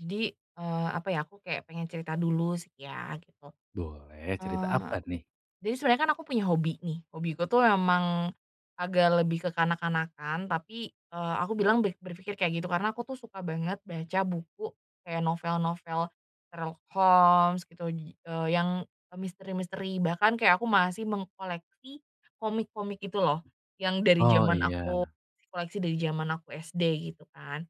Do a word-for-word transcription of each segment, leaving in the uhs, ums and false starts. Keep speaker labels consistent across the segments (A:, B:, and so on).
A: Jadi, eee, apa ya, aku kayak pengen cerita dulu sih ya, gitu.
B: Boleh, cerita
A: Eee,
B: apa nih?
A: jadi sebenarnya kan aku punya hobi nih, hobiku tuh emang agak lebih ke kanak-kanakan, tapi, eee, aku bilang be berpikir kayak gitu karena aku tuh suka banget baca buku kayak novel-novel Sherlock Holmes gitu, ji eee, yang e, misteri-misteri, bahkan kayak aku masih mengkoleksi komik-komik itu loh, yang dari
B: Oh
A: zaman aku
B: iya,
A: koleksi dari zaman aku S D gitu kan.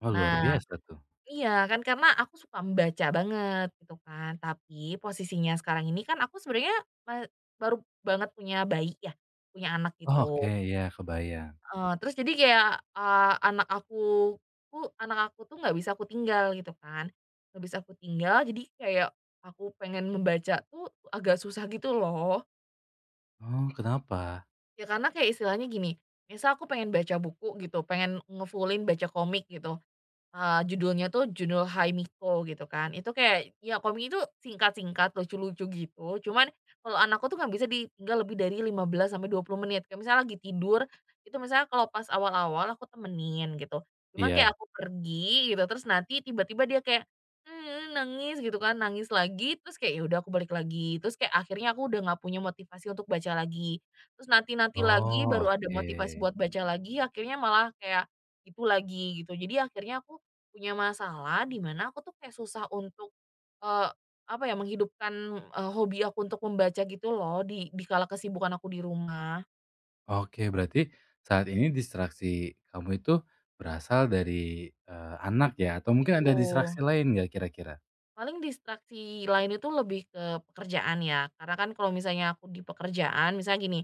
B: oh luar
A: Nah,
B: biasa tuh.
A: iya kan, karena aku suka membaca banget gitu kan, tapi posisinya sekarang ini kan aku sebenarnya me baru banget punya bayi ya, punya anak
B: Oh
A: gitu,
B: oke, ya kebayang.
A: heeh, terus jadi kayak, eee, anak aku ku anak aku tuh nggak bisa aku tinggal gitu kan, nggak bisa aku tinggal, jadi kayak aku pengen membaca tuh agak susah gitu loh.
B: Oh kenapa?
A: Ya karena kayak istilahnya gini, misal aku pengen baca buku gitu, pengen ngefullin baca komik gitu. Eee, judulnya tuh judul Hai Miko gitu kan, itu kayak ya komik itu singkat-singkat, lucu-lucu gitu, cuman kalau anakku tuh nggak bisa ditinggal lebih dari lima belas sampai dua puluh menit, kayak misalnya lagi tidur, itu misalnya kalau pas awal-awal aku temenin gitu, cuman kayak
B: Iya.
A: aku pergi gitu, terus nanti tiba-tiba dia kayak, "Eee," nangis gitu kan, nangis lagi, terus kayak ya udah aku balik lagi, terus kayak akhirnya aku udah nggak punya motivasi untuk baca lagi, terus nanti-nanti lagi
B: Oh
A: baru ada
B: oke.
A: motivasi buat baca lagi, akhirnya malah kayak itu lagi gitu. Jadi akhirnya aku punya masalah di mana aku tuh kayak susah untuk, eee, apa ya, menghidupkan, eee, hobi aku untuk membaca gitu loh di di kala kesibukan aku di rumah.
B: Oke, berarti saat ini distraksi kamu itu berasal dari, eee, anak ya atau mungkin ada
A: Betul.
B: distraksi lain nggak kira-kira?
A: Paling distraksi lain itu lebih ke pekerjaan ya, karena kan kalau misalnya aku di pekerjaan, misalnya gini,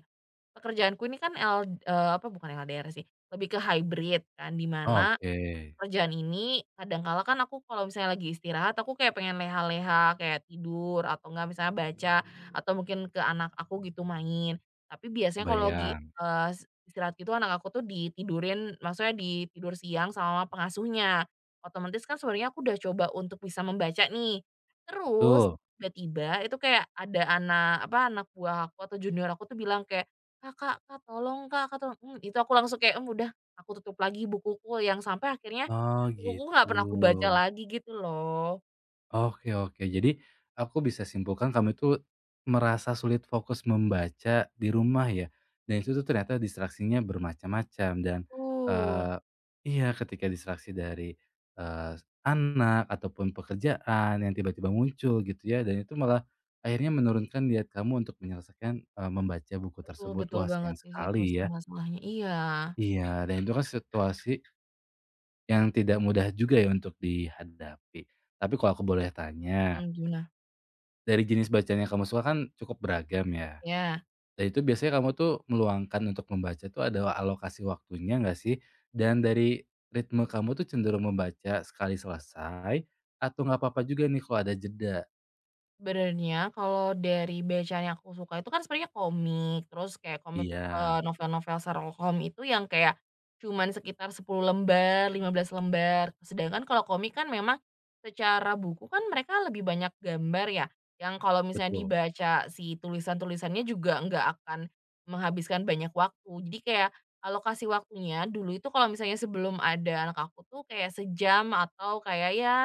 A: pekerjaanku ini kan L eee, apa, bukan L D R sih, lebih ke hybrid kan, di mana
B: Oke,
A: kerjaan ini kadang kala kan aku kalau misalnya lagi istirahat aku kayak pengen leha-leha, kayak tidur atau enggak misalnya baca atau mungkin ke anak aku gitu main. Tapi biasanya kalau lagi,
B: kebayang,
A: eee, s istirahat gitu anak aku tuh ditidurin, maksudnya ditidur siang sama pengasuhnya. Otomatis kan sebenarnya aku udah coba untuk bisa membaca nih, terus
B: betul.
A: tiba-tiba itu kayak ada anak, apa, anak buah aku atau junior aku tuh bilang kayak, "Kakak, Kak, tolong, Kak Kak, tolong," mmm, itu aku langsung kayak, mmm, udah aku tutup lagi bukuku, yang sampai akhirnya
B: Oh
A: buku nggak
B: gitu.
A: pernah aku baca lagi gitu loh.
B: Oke oke. Jadi aku bisa simpulkan kamu itu merasa sulit fokus membaca di rumah ya? Dan itu tuh ternyata distraksinya bermacam-macam dan,
A: Betul.
B: eee iya, ketika distraksi dari, eee, anak ataupun pekerjaan yang tiba-tiba muncul gitu ya, dan itu malah akhirnya menurunkan niat kamu untuk menyelesaikan, eee, membaca buku
A: Betul
B: tersebut.
A: betul
B: Wah,
A: banget
B: sayang
A: sih situasi
B: sekali ya.
A: masalahnya, iya,
B: Iya, dan itu kan situasi yang tidak mudah juga ya untuk dihadapi. Tapi kalau aku boleh tanya
A: mhm, gimana?
B: dari jenis bacaan yang kamu suka kan cukup beragam ya.
A: Iya.
B: Dan itu biasanya kamu tuh meluangkan untuk membaca tuh ada alokasi waktunya nggak sih? Dan dari ritme kamu tuh cenderung membaca sekali selesai atau nggak apa-apa juga nih kalau ada jeda?
A: Sebenarnya kalau dari bacaan yang aku suka itu kan sebenarnya komik, terus kayak komik,
B: Iya,
A: eee, novel-novel Sherlock Holmes itu yang kayak cuman sekitar sepuluh lembar, lima belas lembar. Sedangkan kalau komik kan memang secara buku kan mereka lebih banyak gambar ya, yang kalau misalnya
B: betul.
A: dibaca si tulisan-tulisannya juga nggak akan menghabiskan banyak waktu. Jadi kayak alokasi waktunya dulu itu kalau misalnya sebelum ada anak aku tuh kayak sejam atau kayak ya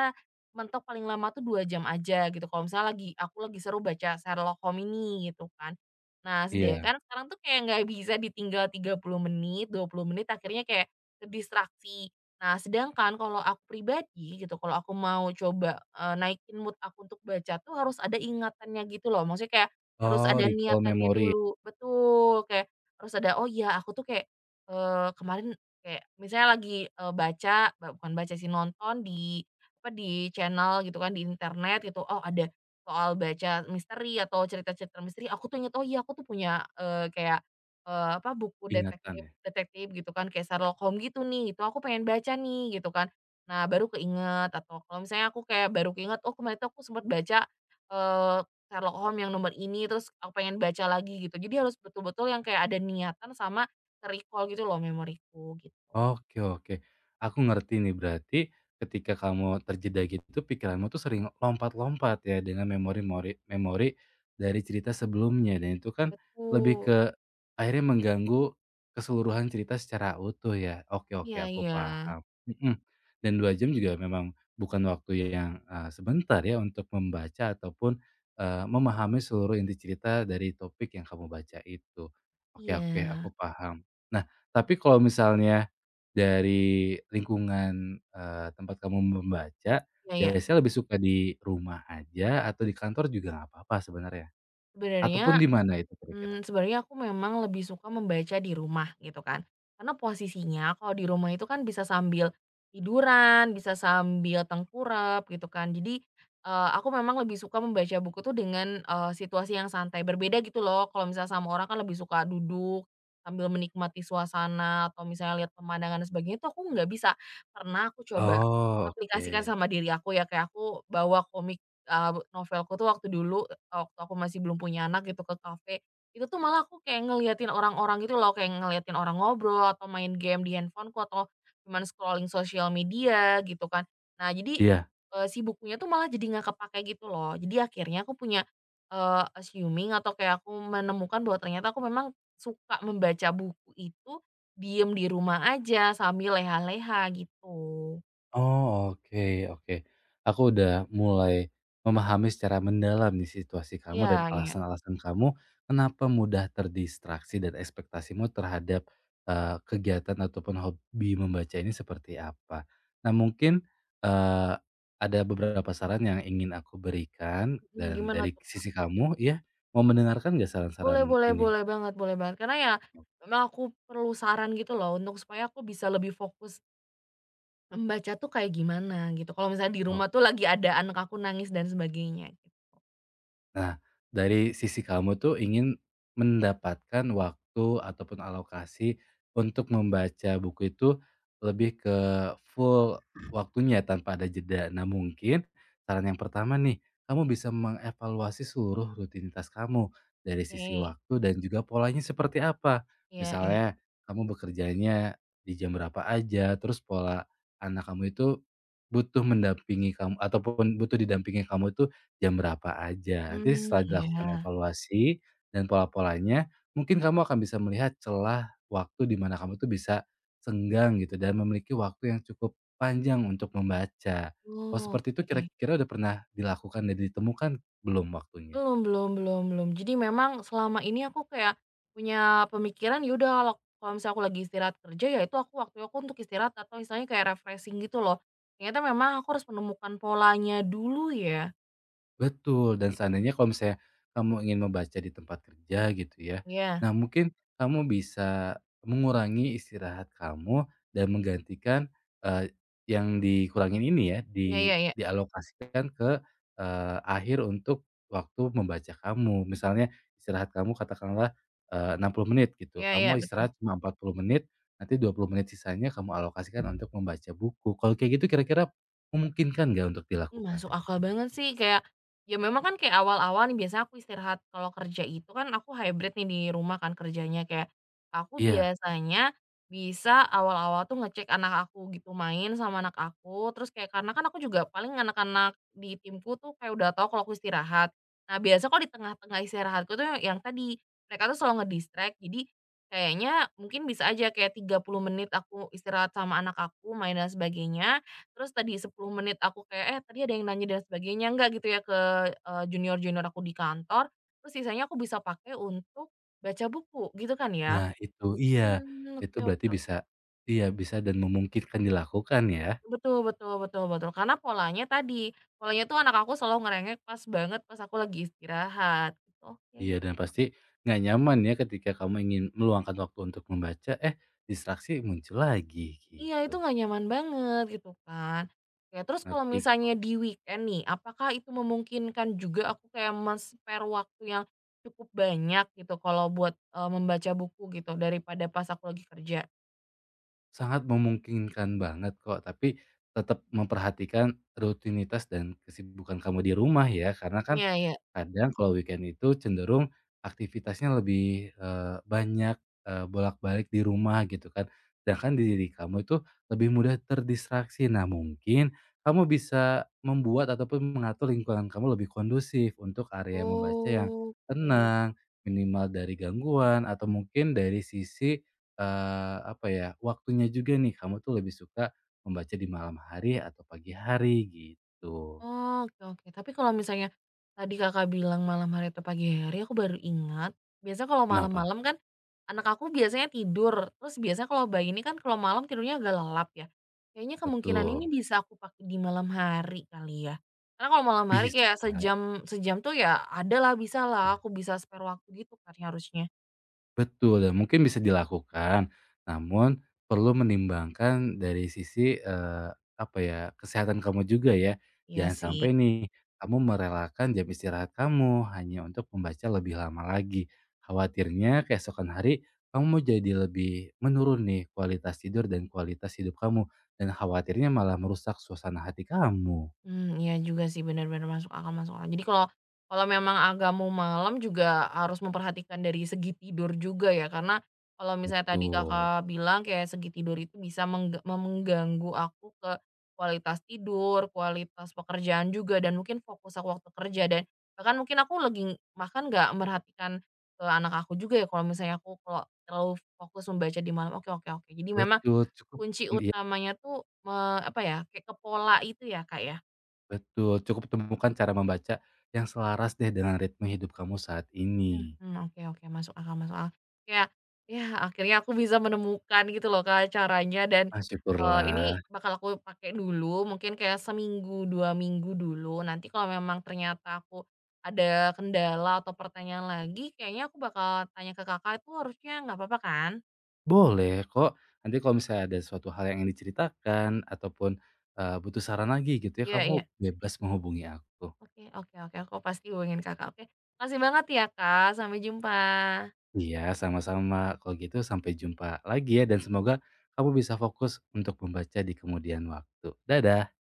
A: mentok paling lama tuh dua jam aja gitu, kalau misalnya lagi aku lagi seru baca Sherlock Holmes ini gitu kan. Nah,
B: Iya.
A: sedangkan sekarang tuh kayak nggak bisa ditinggal tiga puluh menit, dua puluh menit akhirnya kayak terdistraksi. Nah, sedangkan kalau aku pribadi gitu, kalau aku mau coba, eee, naikin mood aku untuk baca tuh harus ada ingatannya gitu loh, maksudnya kayak harus
B: Oh,
A: ada
B: recall
A: niatannya
B: memory
A: dulu, betul, kayak harus ada, "Oh iya aku tuh kayak, eee, kemarin," kayak misalnya lagi, eee, baca, ba bukan baca sih, nonton di apa, di channel gitu kan, di internet gitu, oh ada soal baca misteri atau cerita-cerita misteri, aku tuh inget, oh iya aku tuh punya, eee, kayak, eee, apa, buku
B: ingatan
A: detektif
B: ya?
A: detektif gitu kan, kayak Sherlock Holmes gitu nih, itu aku pengen baca nih gitu kan. Nah, baru keinget, atau kalau misalnya aku kayak baru keinget, oh kemarin tuh aku sempat baca, eee, Sherlock Holmes yang nomor ini, terus aku pengen baca lagi gitu. Jadi harus betul-betul yang kayak ada niatan sama recall gitu loh memoriku gitu.
B: Oke oke. Aku ngerti nih berarti ketika kamu terjeda gitu pikiranmu tuh sering lompat-lompat ya dengan memori-mori memori dari cerita sebelumnya dan itu kan lebih
A: Betul.
B: akhirnya mengganggu keseluruhan cerita secara utuh ya? Oke oke
A: Iya
B: aku
A: iya.
B: paham, mhm, dan dua jam juga memang bukan waktu yang, eee, sebentar ya untuk membaca ataupun, eee, memahami seluruh inti cerita dari topik yang kamu baca itu. Oke oke aku
A: Iya.
B: paham. Nah, tapi kalau misalnya dari lingkungan, eee, tempat kamu membaca,
A: Ya, iya.
B: biasanya lebih suka di rumah aja atau di kantor juga nggak apa-apa sebenarnya? Ataupun
A: Sebenarnya,
B: di mana itu kira-kira?
A: mmm, sebenarnya aku memang lebih suka membaca di rumah gitu kan, karena posisinya kalau di rumah itu kan bisa sambil tiduran, bisa sambil tengkurap gitu kan. Jadi, eee, aku memang lebih suka membaca buku tuh dengan, eee, situasi yang santai. Berbeda gitu loh kalau misalnya sama orang kan lebih suka duduk sambil menikmati suasana atau misalnya lihat pemandangan dan sebagainya, itu aku nggak bisa. Pernah aku coba
B: Oh,
A: aplikasikan
B: oke.
A: sama diri aku ya, kayak aku bawa komik, eee, novelku tuh waktu dulu, waktu aku masih belum punya anak gitu ke kafe, itu tuh malah aku kayak ngeliatin orang-orang gitu loh, kayak ngeliatin orang ngobrol atau main game di handphoneku atau cuman scrolling sosial media gitu kan. Nah jadi,
B: Iya.
A: eee, si bukunya tuh malah jadi nggak kepake gitu loh. Jadi akhirnya aku punya, eee, assuming atau kayak aku menemukan bahwa ternyata aku memang suka membaca buku itu diem di rumah aja sambil leha-leha gitu.
B: Oh, oke oke. Aku udah mulai memahami secara mendalam nih situasi kamu dan
A: Iya iya,
B: alasan-alasan kamu kenapa mudah terdistraksi dan ekspektasimu terhadap, eee, kegiatan ataupun hobi membaca ini seperti apa. Nah mungkin, eee, ada beberapa saran yang ingin aku berikan
A: mhm,
B: dan
A: gimana
B: dari
A: tuh?
B: sisi kamu ya mau mendengarkan nggak
A: Boleh
B: saran-saran
A: boleh
B: ini?
A: boleh banget, boleh banget. Karena ya memang aku perlu saran gitu loh untuk supaya aku bisa lebih fokus membaca tuh kayak gimana gitu? Kalau misalnya di rumah
B: Oke.
A: tuh lagi ada anak aku nangis dan sebagainya.
B: Nah, dari sisi kamu tuh ingin mendapatkan waktu ataupun alokasi untuk membaca buku itu lebih ke full waktunya tanpa ada jeda. Nah, mungkin saran yang pertama nih, kamu bisa mengevaluasi seluruh rutinitas kamu dari sisi
A: Oke.
B: waktu dan juga polanya seperti apa.
A: Iya iya.
B: Misalnya, kamu bekerjanya di jam berapa aja, terus pola anak kamu itu butuh mendampingi kamu ataupun butuh didampingi kamu itu jam berapa aja. Nanti
A: Mmm,
B: setelah
A: iya.
B: dilakukan evaluasi dan pola-polanya, mungkin kamu akan bisa melihat celah waktu di mana kamu tuh bisa senggang gitu dan memiliki waktu yang cukup panjang untuk membaca. Kalau seperti itu
A: Oke.
B: kira-kira udah pernah dilakukan dan ditemukan belum waktunya?
A: Belum belum belum belum. Jadi memang selama ini aku kayak punya pemikiran, ya udah, kalau kalau misalnya aku lagi istirahat kerja, ya itu aku waktu aku untuk istirahat atau misalnya kayak refreshing gitu loh. Ternyata memang aku harus menemukan polanya dulu ya.
B: Betul, dan seandainya kalau misalnya kamu ingin membaca di tempat kerja gitu ya.
A: Iya.
B: Nah, mungkin kamu bisa mengurangi istirahat kamu dan menggantikan, eee, yang dikurangin ini ya,
A: Iya
B: di
A: iya iya.
B: dialokasikan ke, eee, akhir untuk waktu membaca kamu. Misalnya istirahat kamu katakanlah, eh, enam puluh menit gitu,
A: Iya iya,
B: kamu
A: betul.
B: istirahat cuma empat puluh menit, nanti dua puluh menit sisanya kamu alokasikan untuk membaca buku. Kalau kayak gitu kira-kira memungkinkan nggak untuk
A: Mmm,
B: dilakukan?
A: masuk akal banget sih kayak, ya memang kan kayak awal-awal nih biasanya aku istirahat kalau kerja itu kan aku hybrid nih, di rumah kan kerjanya kayak, aku
B: Iya.
A: biasanya bisa awal-awal tuh ngecek anak aku gitu, main sama anak aku, terus kayak karena kan aku juga paling anak-anak di timku tuh kayak udah tahu kalau aku istirahat. Nah biasa kalau di tengah-tengah istirahatku tuh, yang yang tadi, mereka tuh selalu nge jadi, kayaknya mungkin bisa aja kayak tiga puluh menit aku istirahat sama anak aku main dan sebagainya, terus tadi sepuluh menit aku kayak, "Eh, tadi ada yang nanya dan sebagainya nggak?" Gitu ya ke, eee, junior-junior aku di kantor, terus sisanya aku bisa pakai untuk baca buku gitu kan ya.
B: Nah itu iya,
A: Hmm, oke
B: itu
A: oke
B: berarti
A: oke.
B: bisa iya bisa dan memungkinkan dilakukan ya.
A: Betul betul betul betul, karena polanya tadi, polanya tuh anak aku selalu ngerengek pas banget pas aku lagi istirahat, gitu.
B: Iya
A: Oke.
B: dan pasti nggak nyaman ya ketika kamu ingin meluangkan waktu untuk membaca, eh, distraksi muncul lagi
A: Iya,
B: gitu,
A: itu nggak nyaman banget gitu kan. Oke, terus kalau
B: ngerti
A: misalnya
B: kok.
A: di weekend nih, apakah itu memungkinkan juga aku kayak men-spare waktu yang cukup banyak gitu kalau buat, eee, membaca buku gitu daripada pas aku lagi kerja?
B: Sangat memungkinkan banget kok, tapi tetap memperhatikan rutinitas dan kesibukan kamu di rumah ya, karena kan
A: Iya iya.
B: kadang kalau weekend itu cenderung aktivitasnya lebih, eee, banyak, eee, bolak-balik di rumah gitu kan, sedangkan di diri kamu itu lebih mudah terdistraksi. Nah mungkin kamu bisa membuat ataupun mengatur lingkungan kamu lebih kondusif untuk area membaca yang
A: Oke.
B: tenang, minimal dari gangguan atau mungkin dari sisi Eee, apa ya, waktunya juga nih, kamu tuh lebih suka membaca di malam hari atau pagi hari gitu.
A: Oh, oke oke. Tapi kalau misalnya tadi Kakak bilang malam hari atau pagi hari, aku baru ingat. Biasanya kalau
B: Kenapa?
A: malam-malam kan anak aku biasanya tidur, terus biasanya kalau bayi ini kan kalau malam tidurnya agak lelap ya. Kayaknya kemungkinan ini
B: Betul,
A: bisa aku pakai di malam hari kali ya. Karena kalau malam hari
B: bisa.
A: kayak sejam sejam tuh ya ada lah, bisa lah aku bisa spare waktu gitu kan harusnya.
B: Betul, dan mungkin bisa dilakukan, namun perlu menimbangkan dari sisi, eee, apa ya, kesehatan kamu juga ya.
A: Iya
B: Jangan
A: sih.
B: sampai nih, kamu merelakan jam istirahat kamu hanya untuk membaca lebih lama lagi. Khawatirnya keesokan hari kamu jadi lebih menurun nih kualitas tidur dan kualitas hidup kamu, dan khawatirnya malah merusak suasana hati kamu.
A: Hmm, iya juga sih, benar-benar masuk akal masuk akal. Jadi kalau kalau memang agak mau malam juga harus memperhatikan dari segi tidur juga ya, karena kalau misalnya tadi
B: Betul
A: Kakak bilang kayak segi tidur itu bisa mengga mengganggu aku ke kualitas tidur, kualitas pekerjaan juga, dan mungkin fokus aku waktu kerja dan bahkan mungkin aku lagi ng- bahkan nggak merhatikan ke anak aku juga ya kalau misalnya aku kalau terlalu fokus membaca di malam. Oke oke oke. Jadi memang
B: betul, cukup
A: kunci
B: iya.
A: utamanya tuh me apa ya, kayak ke pola itu ya, Kak, ya?
B: Betul, cukup temukan cara membaca yang selaras deh dengan ritme hidup kamu saat ini.
A: Mhm, oke oke, masuk akal masuk akal. Kayak, ya akhirnya aku bisa menemukan gitu loh Kak caranya dan,
B: Ah,
A: eee, ini
B: syukurlah.
A: bakal aku pakai dulu mungkin kayak seminggu, dua minggu dulu, nanti kalau memang ternyata aku ada kendala atau pertanyaan lagi kayaknya aku bakal tanya ke Kakak, itu harusnya nggak apa-apa kan?
B: Boleh kok, nanti kalau misalnya ada suatu hal yang ingin diceritakan ataupun, eee, butuh saran lagi gitu ya,
A: Iya
B: kamu
A: iya.
B: bebas menghubungi aku.
A: Oke oke oke, aku pasti hubungin Kakak, oke. Makasih banget ya Kak, sampai jumpa.
B: Iya, sama-sama. Kalau gitu sampai jumpa lagi ya dan semoga kamu bisa fokus untuk membaca di kemudian waktu. Dadah.